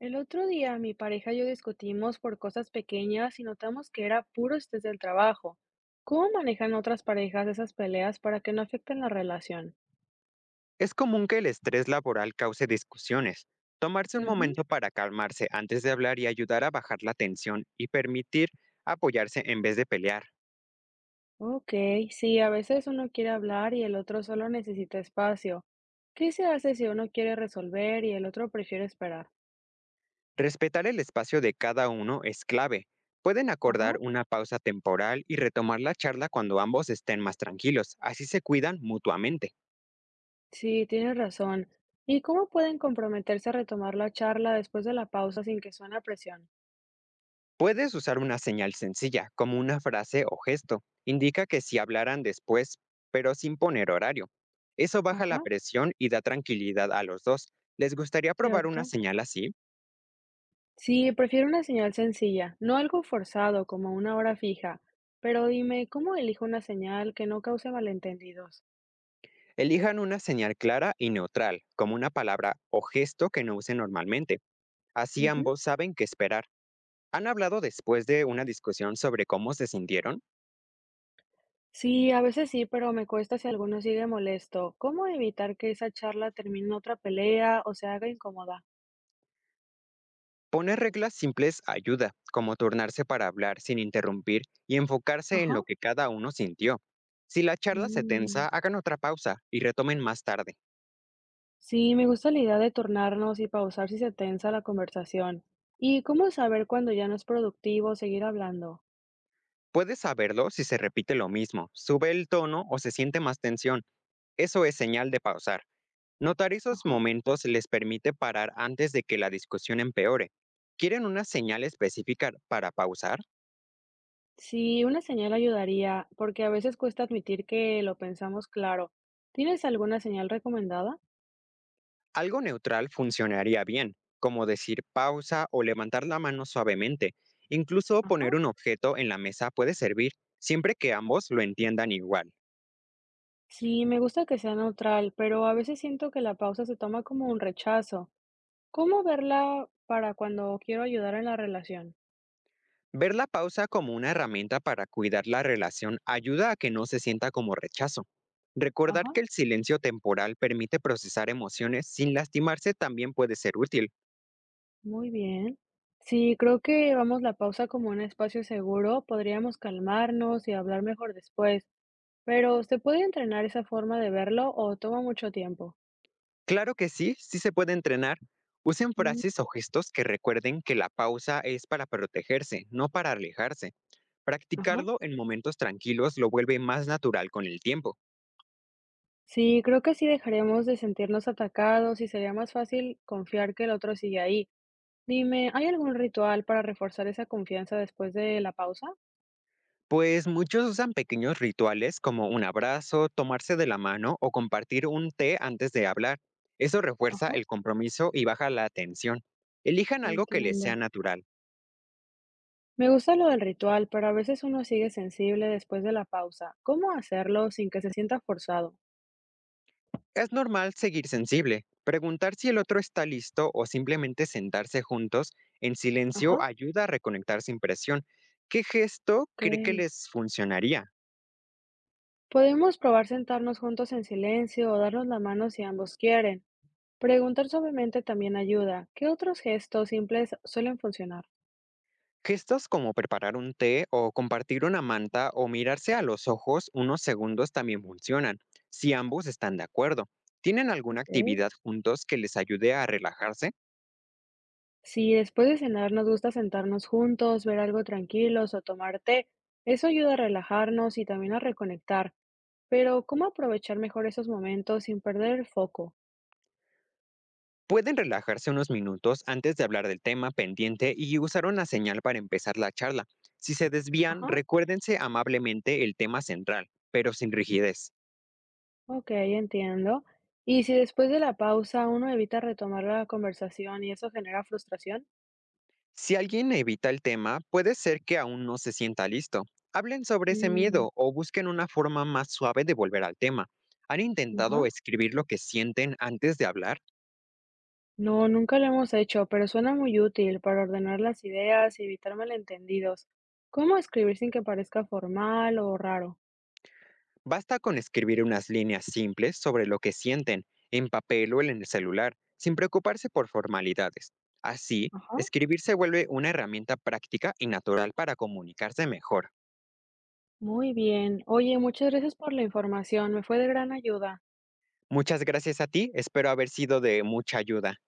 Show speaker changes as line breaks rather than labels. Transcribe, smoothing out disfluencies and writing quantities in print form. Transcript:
El otro día mi pareja y yo discutimos por cosas pequeñas y notamos que era puro estrés del trabajo. ¿Cómo manejan otras parejas esas peleas para que no afecten la relación?
Es común que el estrés laboral cause discusiones. Tomarse un
Ujú.
momento para calmarse antes de hablar y ayudar a bajar la tensión y permitir apoyarse en vez de pelear.
Ok, sí, a veces uno quiere hablar y el otro solo necesita espacio. ¿Qué se hace si uno quiere resolver y el otro prefiere esperar?
Respetar el espacio de cada uno es clave. Pueden
Ajá.
acordar una pausa temporal y retomar la charla cuando ambos estén más tranquilos. Así se cuidan mutuamente.
Sí, tienes razón. ¿Y cómo pueden comprometerse a retomar la charla después de la pausa sin que suene a presión?
Puedes usar una señal sencilla, como una frase o gesto. Indica que si hablaran después, pero sin poner horario. Eso baja la
Ajá,
presión y da tranquilidad a los dos. ¿Les gustaría probar una
cierto.
señal así?
Sí, prefiero una señal sencilla, no algo forzado como una hora fija, pero dime, ¿cómo elijo una señal que no cause malentendidos?
Elijan una señal clara y neutral, como una palabra o gesto que no usen normalmente. Así
Ujú.
ambos saben qué esperar. ¿Han hablado después de una discusión sobre cómo se sintieron?
Sí, a veces sí, pero me cuesta si alguno sigue molesto. ¿Cómo evitar que esa charla termine en otra pelea o se haga incómoda?
Poner reglas simples ayuda, como turnarse para hablar sin interrumpir y enfocarse en lo
Ajá.
que cada uno sintió. Si la charla se tensa,
Mm.
hagan otra pausa y retomen más tarde.
Sí, me gusta la idea de tornarnos y pausar si se tensa la conversación. ¿Y cómo saber cuándo ya no es productivo seguir hablando?
Puedes saberlo si se repite lo mismo, sube el tono o se siente más tensión. Eso es señal de pausar. Notar esos
Ajá.
momentos les permite parar antes de que la discusión empeore. ¿Quieren una señal específica para pausar?
Sí, una señal ayudaría, porque a veces cuesta admitir que lo pensamos claro. ¿Tienes alguna señal recomendada?
Algo neutral funcionaría bien, como decir pausa o levantar la mano suavemente. Incluso
Ajá.
poner un objeto en la mesa puede servir, siempre que ambos lo entiendan igual.
Sí, me gusta que sea neutral, pero a veces siento que la pausa se toma como un rechazo. ¿Cómo verla para cuando quiero ayudar en la relación?
Ver la pausa como una herramienta para cuidar la relación ayuda a que no se sienta como rechazo. Recordar
Ajá,
que el silencio temporal permite procesar emociones sin lastimarse también puede ser útil.
muy bien. Sí, creo que vamos la pausa como un espacio seguro, podríamos calmarnos y hablar mejor después, pero ¿se puede entrenar esa forma de verlo o toma mucho tiempo?
Claro que sí, sí se puede entrenar. Usen
Mm.
frases o gestos que recuerden que la pausa es para protegerse, no para alejarse.
Ajá.
Practicarlo en momentos tranquilos lo vuelve más natural con el tiempo,
Sí, creo que así dejaremos de sentirnos atacados y sería más fácil confiar que el otro sigue ahí. Dime, ¿hay algún ritual para reforzar esa confianza después de la pausa?
pues muchos usan pequeños rituales como un abrazo, tomarse de la mano o compartir un té antes de hablar. Eso refuerza
Ajá,
el compromiso y baja la tensión. Elijan algo que les sea
entiendo.
natural.
Me gusta lo del ritual, pero a veces uno sigue sensible después de la pausa. ¿Cómo hacerlo sin que se sienta forzado?
Es normal seguir sensible, preguntar si el otro está listo o simplemente sentarse juntos en silencio
Ajá,
ayuda a reconectar sin presión. ¿Qué gesto cree que
ok.
les funcionaría?
Podemos probar sentarnos juntos en silencio o darnos la mano si ambos quieren. Preguntar suavemente también ayuda. ¿Qué otros gestos simples suelen funcionar?
Gestos como preparar un té o compartir una manta o mirarse a los ojos unos segundos también funcionan, si ambos están de acuerdo. ¿Tienen alguna
Ok.
actividad juntos que les ayude a relajarse?
Si después de cenar nos gusta sentarnos juntos, ver algo tranquilos o tomar té, eso ayuda a relajarnos y también a reconectar. Pero, ¿cómo aprovechar mejor esos momentos sin perder el foco?
Pueden relajarse unos minutos antes de hablar del tema pendiente y usar una señal para empezar la charla. Si se desvían,
Ajá,
recuérdense amablemente el tema central, pero sin rigidez.
ok, entiendo. ¿Y si después de la pausa uno evita retomar la conversación y eso genera frustración?
Si alguien evita el tema, puede ser que aún no se sienta listo. Hablen sobre ese
Mm,
miedo o busquen una forma más suave de volver al tema. ¿Han intentado
ajá.
escribir lo que sienten antes de hablar?
No, nunca lo hemos hecho, pero suena muy útil para ordenar las ideas y evitar malentendidos. ¿Cómo escribir sin que parezca formal o raro?
Basta con escribir unas líneas simples sobre lo que sienten, en papel o en el celular, sin preocuparse por formalidades. Así,
Ajá.
escribir se vuelve una herramienta práctica y natural para comunicarse mejor.
Muy bien. Oye, muchas gracias por la información, me fue de gran ayuda.
Muchas gracias a ti, espero haber sido de mucha ayuda.